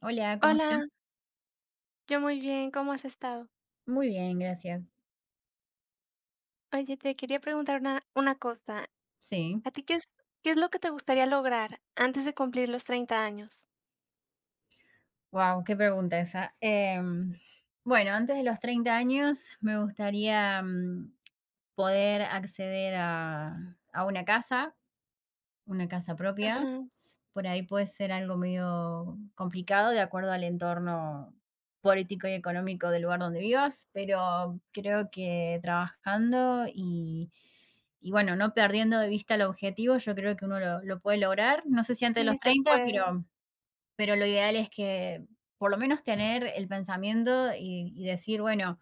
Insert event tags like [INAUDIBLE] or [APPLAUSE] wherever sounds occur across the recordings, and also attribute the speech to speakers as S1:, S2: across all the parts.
S1: Hola, ¿cómo estás?
S2: Hola, yo muy bien, ¿cómo has estado?
S1: Muy bien, gracias.
S2: Oye, te quería preguntar una cosa.
S1: Sí,
S2: ¿A ti qué es lo que te gustaría lograr antes de cumplir los 30 años?
S1: wow, qué pregunta esa. Bueno, antes de los 30 años me gustaría poder acceder a una casa
S2: Ajá,
S1: propia. Por ahí puede ser algo medio complicado de acuerdo al entorno político y económico del lugar donde vivas, pero creo que trabajando y bueno, no perdiendo de vista el objetivo, yo creo que uno lo puede lograr. No sé si antes de los
S2: sí, se
S1: 30,
S2: puede.
S1: pero lo ideal es que por lo menos tener el pensamiento y decir, bueno,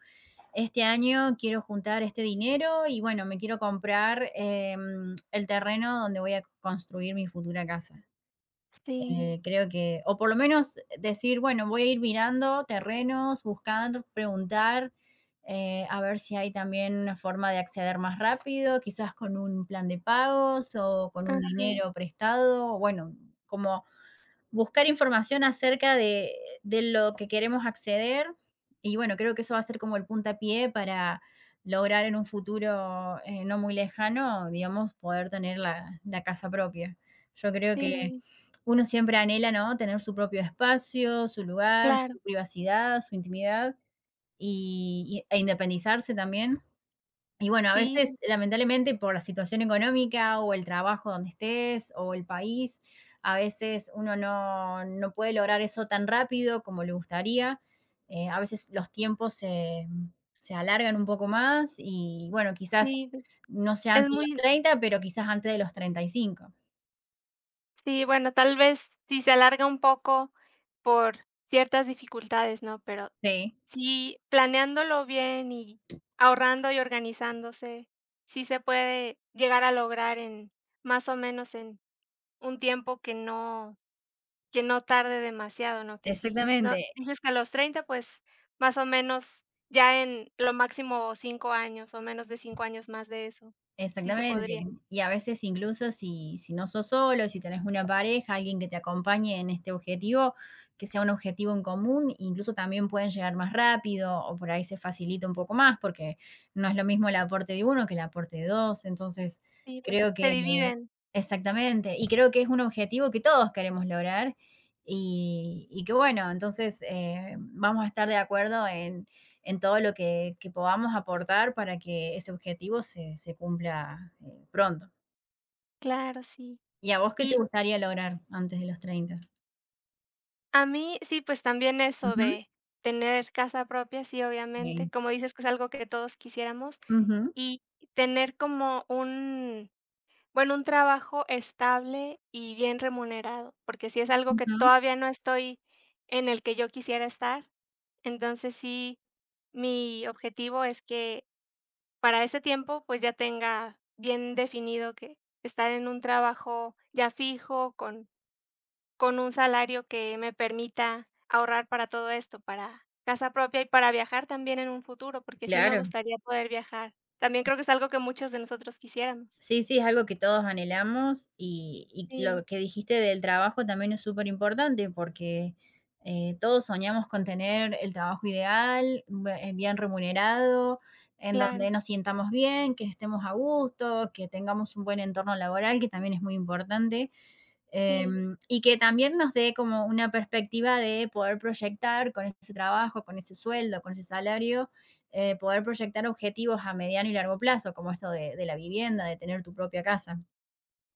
S1: este año quiero juntar este dinero y bueno, me quiero comprar el terreno donde voy a construir mi futura casa.
S2: Sí,
S1: Creo que, o por lo menos decir, bueno, voy a ir mirando terrenos, buscar, preguntar, a ver si hay también una forma de acceder más rápido, quizás con un plan de pagos o con un
S2: ajá,
S1: dinero prestado, bueno, como buscar información acerca de lo que queremos acceder. Y bueno, creo que eso va a ser como el puntapié para lograr en un futuro no muy lejano, digamos, poder tener la casa propia. Yo creo que
S2: sí,
S1: uno siempre anhela, ¿no? Tener su propio espacio, su lugar,
S2: claro,
S1: su privacidad, su intimidad e independizarse también. Y bueno, a veces,
S2: sí,
S1: lamentablemente, por la situación económica o el trabajo donde estés o el país, a veces uno no, no puede lograr eso tan rápido como le gustaría. A veces los tiempos se alargan un poco más y bueno, quizás
S2: sí.
S1: no sea
S2: Es
S1: antes de los
S2: muy,
S1: 30 pero quizás antes de los 35.
S2: sí, bueno, tal vez sí se alarga un poco por ciertas dificultades, ¿no? Pero
S1: Sí,
S2: sí, planeándolo bien y ahorrando y organizándose, sí se puede llegar a lograr en más o menos, en un tiempo que no tarde demasiado, ¿no? Que sí, no
S1: exactamente.
S2: dices que a los 30 pues, más o menos, ya en lo máximo 5 años, o menos de 5 años más de eso. Sí se podría.
S1: Exactamente. Y a veces incluso si no sos solo, si tenés una pareja, alguien que te acompañe en este objetivo, que sea un objetivo en común, incluso también pueden llegar más rápido o por ahí se facilita un poco más, porque no es lo mismo el aporte de uno que el aporte de dos. Entonces,
S2: Sí, pues,
S1: creo
S2: se
S1: que
S2: dividen.
S1: exactamente, y creo que es un objetivo que todos queremos lograr y que bueno, entonces, vamos a estar de acuerdo en todo lo que podamos aportar para que ese objetivo se cumpla pronto.
S2: Claro, sí.
S1: ¿Y a vos qué te
S2: Y
S1: gustaría lograr antes de los 30?
S2: a mí, sí, pues, también eso
S1: Ujú,
S2: de tener casa propia, sí, obviamente,
S1: sí.
S2: como dices que es algo que todos quisiéramos,
S1: Ujú,
S2: y tener como un bueno, un trabajo estable y bien remunerado, porque si es algo que
S1: ujú,
S2: todavía no estoy en el que yo quisiera estar. Entonces, sí, mi objetivo es que para ese tiempo, pues, ya tenga bien definido que estar en un trabajo ya fijo, con un salario que me permita ahorrar para todo esto, para casa propia y para viajar también en un futuro, porque sí me
S1: claro.
S2: gustaría poder viajar. También creo que es algo que muchos de nosotros quisiéramos.
S1: Sí, sí, es algo que todos anhelamos y
S2: Sí,
S1: lo que dijiste del trabajo también es súper importante porque todos soñamos con tener el trabajo ideal, bien remunerado, en
S2: claro,
S1: donde nos sientamos bien, que estemos a gusto, que tengamos un buen entorno laboral, que también es muy importante. Eh,
S2: sí.
S1: y que también nos dé como una perspectiva de poder proyectar con ese trabajo, con ese sueldo, con ese salario, poder proyectar objetivos a mediano y largo plazo, como esto de la vivienda, de tener tu propia casa.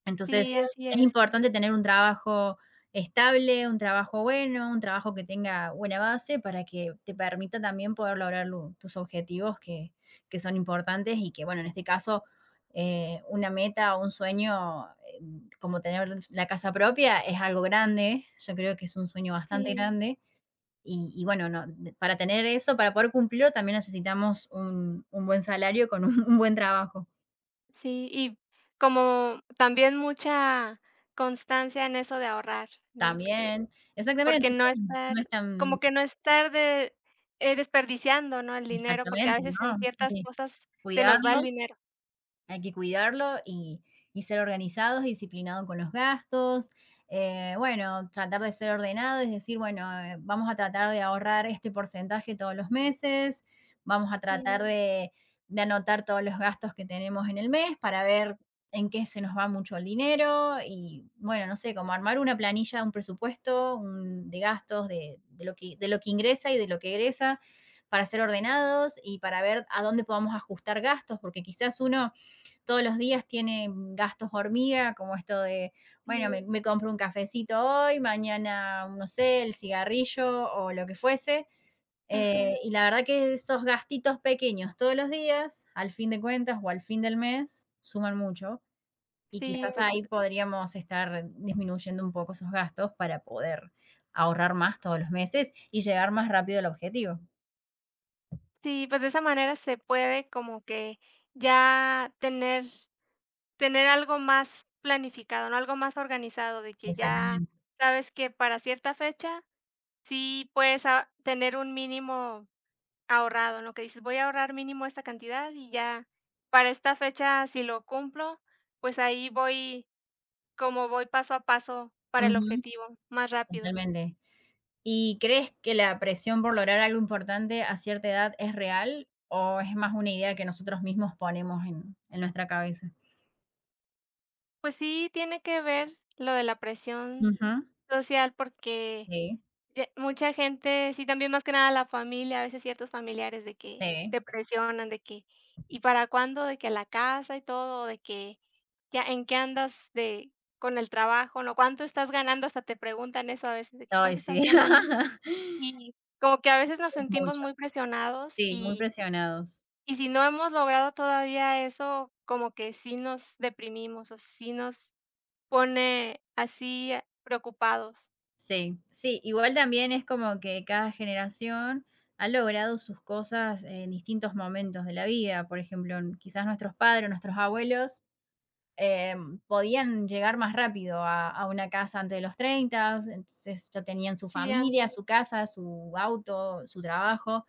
S1: Entonces,
S2: Sí, así
S1: es
S2: es, pues,
S1: importante tener un trabajo estable, un trabajo bueno, un trabajo que tenga buena base para que te permita también poder lograr tus objetivos que son importantes y que, bueno, en este caso, una meta o un sueño como tener la casa propia es algo grande, yo creo que es un sueño bastante
S2: sí,
S1: grande. Y bueno, no, para tener eso, para poder cumplirlo, también necesitamos un buen salario con un, [LAUGHS] un buen trabajo.
S2: sí, y como también mucha constancia en eso de ahorrar, ¿no? Porque
S1: También,
S2: porque
S1: exactamente, sí,
S2: no
S1: no
S2: estar
S1: es tan.
S2: como que no estar de, desperdiciando, ¿no? El dinero, porque a
S1: Exactamente,
S2: veces en
S1: ¿no?
S2: ciertas
S1: De
S2: cosas se nos va el
S1: cuidarlo,
S2: dinero.
S1: hay que cuidarlo y ser organizados, disciplinados con los gastos. Bueno, tratar de ser ordenado, es decir, bueno, vamos a tratar de ahorrar este porcentaje todos los meses, vamos a
S2: Sí,
S1: tratar de anotar todos los gastos que tenemos en el mes para ver en qué se nos va mucho el dinero y, bueno, no sé, como armar una planilla, un presupuesto de gastos, de lo de lo que ingresa y de lo que egresa, para ser ordenados y para ver a dónde podamos ajustar gastos, porque quizás uno todos los días tiene gastos hormiga, como esto de, bueno,
S2: sí,
S1: me compro un cafecito hoy, mañana, no sé, el cigarrillo o lo que fuese.
S2: ajá.
S1: Y la verdad que esos gastitos pequeños todos los días, al fin de cuentas o al fin del mes, suman mucho. Y
S2: Sí,
S1: quizás, sí,
S2: pues
S1: ahí podríamos estar disminuyendo un poco esos gastos para poder ahorrar más todos los meses y llegar más rápido al objetivo.
S2: sí, pues de esa manera se puede como que ya tener algo más planificado, ¿no? Algo más organizado de que ya
S1: Exactamente.
S2: sabes que para cierta fecha. Sí, pues, a tener un mínimo ahorrado, ¿no? Que dices: "Voy a ahorrar mínimo esta cantidad y ya para esta fecha, si lo cumplo, pues, ahí voy como voy paso a paso para el
S1: Ujú,
S2: objetivo, más rápido".
S1: totalmente. ¿Y crees que la presión por lograr algo importante a cierta edad es real o es más una idea que nosotros mismos ponemos en nuestra cabeza?
S2: Pues sí, tiene que ver lo de la presión
S1: Ujú.
S2: social, porque
S1: Sí,
S2: ye mucha gente, sí, también más que nada la familia, a veces ciertos familiares de que
S1: sí.
S2: te presionan, de que: "¿Y para cuándo?", de que la casa y todo, de que: "¿Ya en qué andas de con el trabajo?", ¿no? "¿Cuánto estás ganando?", hasta te preguntan eso a veces, de que:
S1: Ay,
S2: "¿Cuánto estás
S1: sí.
S2: ganando?".
S1: [LAUGHS]
S2: Y como que a veces nos
S1: Es
S2: sentimos
S1: mucho.
S2: muy presionados
S1: Sí, muy
S2: y
S1: presionados.
S2: y si no hemos logrado todavía eso, como que sí nos deprimimos, o sí nos pone así preocupados.
S1: Sí, sí, igual también es como que cada generación ha logrado sus cosas en distintos momentos de la vida. Por ejemplo, quizás nuestros padres, nuestros abuelos eh, podían llegar más rápido a una casa antes de los 30, entonces ya tenían su
S2: Sí,
S1: familia,
S2: antes.
S1: su casa, su auto, su trabajo.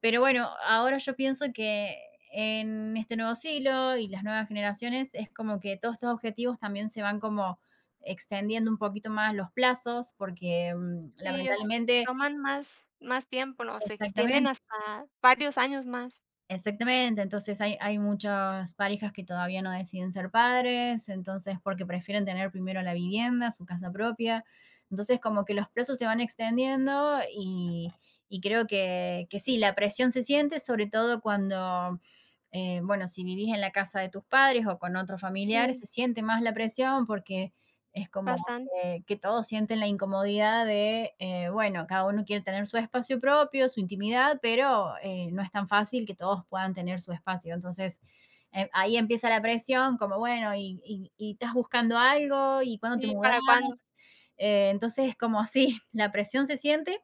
S1: Pero bueno, ahora yo pienso que en este nuevo siglo y las nuevas generaciones es como que todos estos objetivos también se van como extendiendo un poquito más los plazos, porque
S2: Sí, es
S1: lamentablemente,
S2: toman más tiempo, ¿no? Se extienden
S1: exactamente.
S2: hasta varios años más.
S1: Exactamente, entonces hay muchas parejas que todavía no deciden ser padres, entonces porque prefieren tener primero la vivienda, su casa propia, entonces como que los plazos se van extendiendo y creo que sí, la presión se siente, sobre todo cuando, bueno, si vivís en la casa de tus padres o con otros, sí, familiares,
S2: Sí,
S1: se siente más la presión porque es como,
S2: bastante.
S1: que todos sienten la incomodidad de, bueno, cada uno quiere tener su espacio propio, su intimidad, pero no es tan fácil que todos puedan tener su espacio. Entonces, ahí empieza la presión, como, bueno, y estás buscando algo, y cuándo te
S2: ¿Y
S1: mudás.
S2: para cuándo?
S1: Entonces, como así, [LAUGHS] la presión se siente,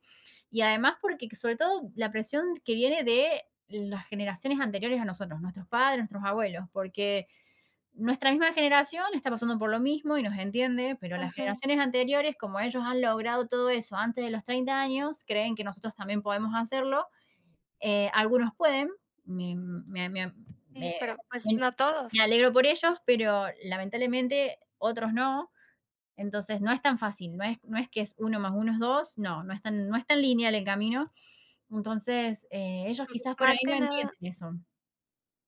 S1: y además porque sobre todo la presión que viene de las generaciones anteriores a nosotros, nuestros padres, nuestros abuelos, porque nuestra misma generación está pasando por lo mismo y nos entiende, pero las
S2: Ajá.
S1: generaciones anteriores, como ellos han logrado todo eso antes de los 30 años, creen que nosotros también podemos hacerlo. Algunos pueden, me, me- me-
S2: Sí,
S1: me-
S2: pero, pues,
S1: me-
S2: no todos.
S1: me alegro por ellos, pero lamentablemente otros no. Entonces no es tan fácil, no es, no es que es uno más uno es dos, no, no es tan, no es tan lineal el camino. Entonces ellos quizás por ahí
S2: Más que
S1: no
S2: nada,
S1: entienden eso.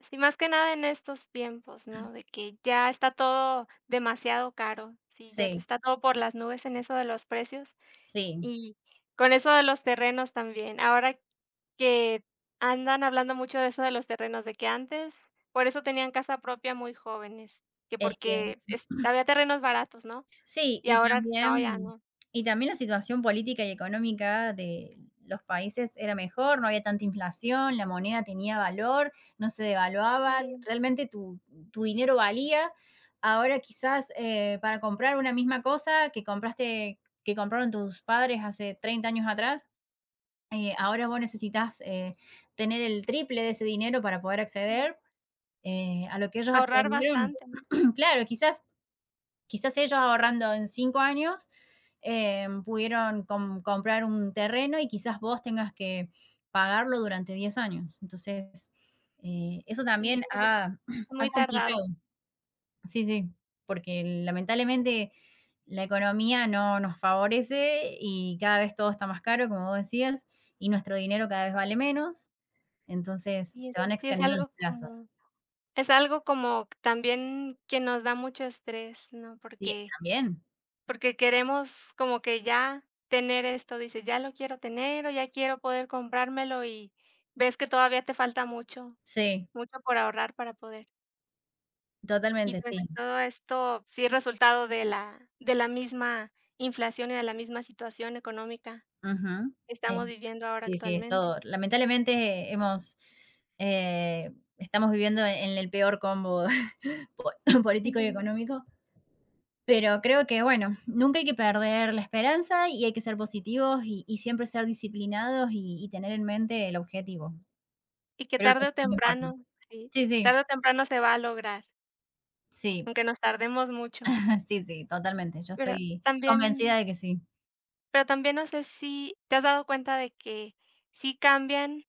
S2: sí, más que nada en estos tiempos, ¿no? De que ya está todo demasiado caro. Sí, ya te
S1: Sí,
S2: está todo por las nubes en eso de los precios.
S1: sí,
S2: Y con eso de los terrenos también, ahora que andan hablando mucho de eso de los terrenos, de que antes por eso tenían casa propia muy jóvenes, que
S1: es que
S2: porque es había terrenos baratos, ¿no?
S1: sí,
S2: Y
S1: y
S2: ahora no, ya
S1: también
S2: no.
S1: la situación política y económica de los países era mejor, no había tanta inflación, la moneda tenía valor, no se devaluaba,
S2: Sí,
S1: realmente tu tu dinero valía. Ahora quizás, para comprar una misma cosa que compraron tus padres hace 30 años atrás, ahora vos necesitas, tener el triple de ese dinero para poder
S2: mm,
S1: acceder, a lo que ellos
S2: ahorrar
S1: accedieron.
S2: bastante, ¿no?
S1: [CLEARS THROAT] Claro, quizás ellos ahorrando en 5 años pudieron comprar un terreno y quizás vos tengas que pagarlo durante 10 años. Entonces, eso
S2: Y
S1: también
S2: pues
S1: ha, [CLEARS THROAT] ha
S2: muy tardado.
S1: complicado. Sí, sí, porque lamentablemente la economía no nos favorece y cada vez todo está más caro, como vos decías, y nuestro dinero cada vez vale menos. Entonces,
S2: Y es
S1: se van
S2: sí es
S1: extendiendo los
S2: algo
S1: plazos.
S2: como también que nos da mucho estrés, ¿no?
S1: Sí,
S2: Porque
S1: también.
S2: Porque queremos como que ya tener esto, dices: "Ya lo quiero tener, o ya quiero poder comprármelo", y ves que todavía te falta mucho,
S1: Sí,
S2: mucho por ahorrar para poder. Y,
S1: totalmente, sí.
S2: pues, todo esto sí es resultado de la misma inflación y de la misma situación económica
S1: Ujú.
S2: que
S1: Eh,
S2: estamos viviendo ahora
S1: Sí, sí, es
S2: actualmente.
S1: todo. Lamentablemente hemos, eh, estamos viviendo en el peor combo [LAUGHS] po [LAUGHS] político y
S2: Sí,
S1: económico, pero creo que, bueno, nunca hay que perder la esperanza y hay que ser positivos y siempre ser disciplinados y tener en mente el objetivo.
S2: y que
S1: Creo que
S2: tarde o
S1: eso es muy importante.
S2: temprano, sí,
S1: Sí, sí,
S2: se va a lograr,
S1: sí,
S2: aunque nos tardemos mucho.
S1: [LAUGHS] sí, sí, totalmente. Yo
S2: Pero
S1: estoy
S2: también
S1: convencida de que sí.
S2: pero también no sé si, ¿te has dado cuenta de que sí cambian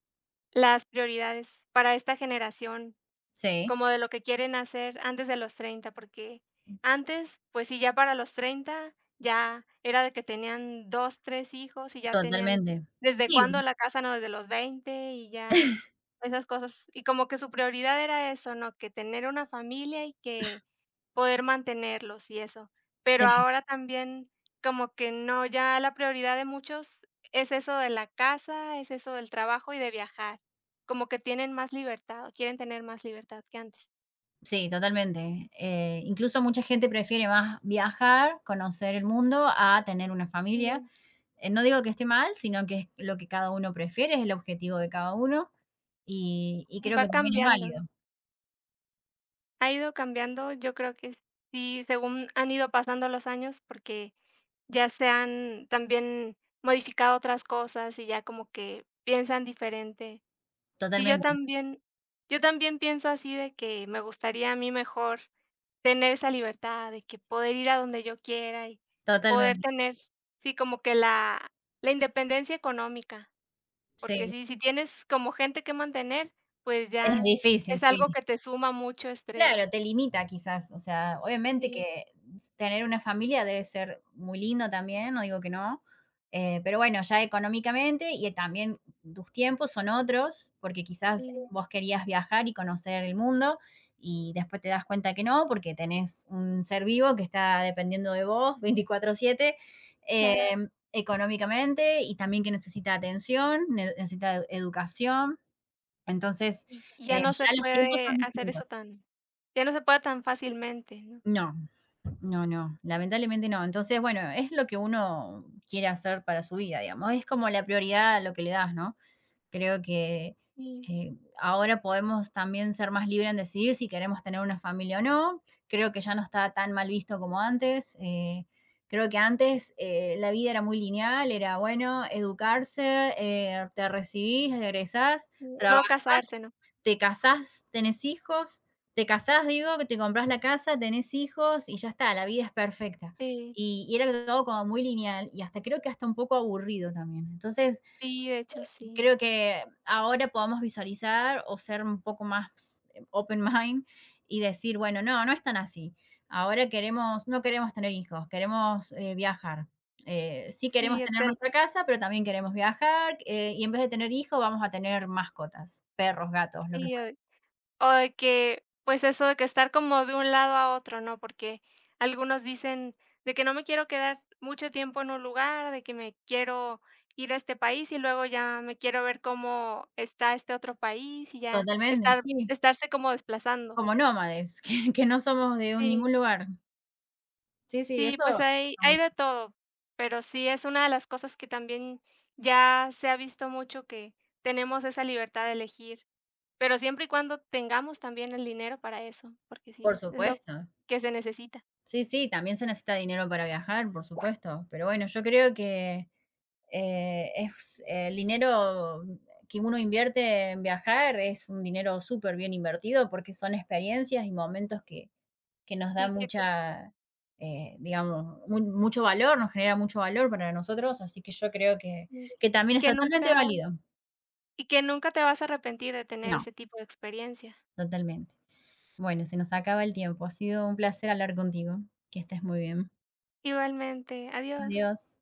S2: las prioridades para esta generación,
S1: Sí,
S2: como de lo que quieren hacer antes de los 30 porque antes, pues sí, ya para los 30 ya era de que tenían 2 3 hijos y ya tenían
S1: totalmente.
S2: desde
S1: Sí,
S2: cuándo la casa, ¿no? Desde los 20 y ya esas cosas. Y como que su prioridad era eso, ¿no? Que tener una familia y que poder mantenerlos y eso. Pero
S1: sí.
S2: ahora también como que no, ya la prioridad de muchos es eso de la casa, es eso del trabajo y de viajar. Como que tienen más libertad, o quieren tener más libertad que antes.
S1: Sí, totalmente. Incluso mucha gente prefiere más viajar, conocer el mundo, a tener una familia.
S2: Sí,
S1: No digo que esté mal, sino que es lo que cada uno prefiere, es el objetivo de cada uno y
S2: y
S1: creo
S2: va
S1: que también es
S2: cambiando.
S1: válido.
S2: Ha ido cambiando, yo creo que sí, según han ido pasando los años, porque ya se han también modificado otras cosas y ya como que piensan diferente. Sí,
S1: Totalmente,
S2: yo también pienso así de que me gustaría a mí mejor tener esa libertad de que poder ir a donde yo quiera y poder
S1: totalmente.
S2: tener, sí, como que la independencia económica. Porque
S1: Sí,
S2: sí, si tienes como gente que mantener, pues
S1: es
S2: ya
S1: difícil,
S2: es algo
S1: sí.
S2: que te suma mucho estrés.
S1: Claro, te limita quizás, o sea, obviamente
S2: Sí,
S1: que tener una familia debe ser muy lindo también, no digo que no, pero bueno, ya económicamente y también tus tiempos son otros, porque quizás, sí,
S2: sí,
S1: vos querías viajar y conocer el mundo, y después te das cuenta que no, porque tenés un ser vivo que está dependiendo de vos 24/7,
S2: claro.
S1: económicamente y también que necesita atención, ne necesita educación. Entonces,
S2: Y
S1: ya los tiempos son distintos.
S2: ya no se puede tan fácilmente, ¿no?
S1: No. No, no, lamentablemente no. Entonces, bueno, es lo que uno quiere hacer para su vida, digamos. Es como la prioridad a lo que le das, ¿no? Creo que
S2: Sí,
S1: eh, ahora podemos también ser más libres en decidir si queremos tener una familia o no. Creo que ya no está tan mal visto como antes. Creo que antes la vida era muy lineal, era, bueno, educarse, te recibís, egresás,
S2: sí. Luego casarse, ¿no?
S1: te casás, tenés hijos, te casás, digo, que te compras la casa, tenés hijos y ya está, la vida es perfecta.
S2: Sí.
S1: Y era todo como muy lineal y hasta creo que hasta un poco aburrido también. Entonces,
S2: Sí, de hecho sí.
S1: creo que ahora podamos visualizar o ser un poco más open mind y decir, bueno, no, no es tan así. Ahora queremos, no queremos tener hijos, queremos viajar. Sí
S2: Sí,
S1: queremos
S2: yo
S1: tener
S2: ten
S1: nuestra casa, pero también queremos viajar y en vez de tener hijos vamos a tener mascotas, perros, gatos, lo que
S2: Sí, yo
S1: fuese.
S2: o de que, pues, eso de que estar como de un lado a otro, ¿no? Porque algunos dicen de que no me quiero quedar mucho tiempo en un lugar, de que me quiero ir a este país y luego ya me quiero ver cómo está este otro país y ya
S1: Totalmente,
S2: estar
S1: sí,
S2: estarse como desplazando.
S1: como nómades, [LAUGHS] que no somos de un ningún
S2: Sí,
S1: lugar. Sí, sí,
S2: sí,
S1: eso
S2: pues hay
S1: mucho.
S2: de todo, pero sí es una de las cosas que también ya se ha visto mucho que tenemos esa libertad de elegir. Pero siempre y cuando tengamos también el dinero para eso, porque
S1: Por
S2: sí, es lo
S1: supuesto.
S2: que se necesita.
S1: Sí, sí, también se necesita dinero para viajar, por supuesto. Pero bueno, yo creo que, es el dinero que uno invierte en viajar es un dinero súper bien invertido, porque son experiencias y momentos que nos da
S2: y que
S1: mucha, digamos, mu mucho valor, nos genera mucho valor para nosotros, así que yo creo que
S2: y que
S1: que también es
S2: que
S1: totalmente
S2: nunca
S1: válido.
S2: y que nunca te vas a arrepentir de tener
S1: No,
S2: ese tipo de experiencia.
S1: totalmente. Bueno, se nos acaba el tiempo. Ha sido un placer hablar contigo. Que estés muy bien.
S2: Igualmente, adiós.
S1: Adiós.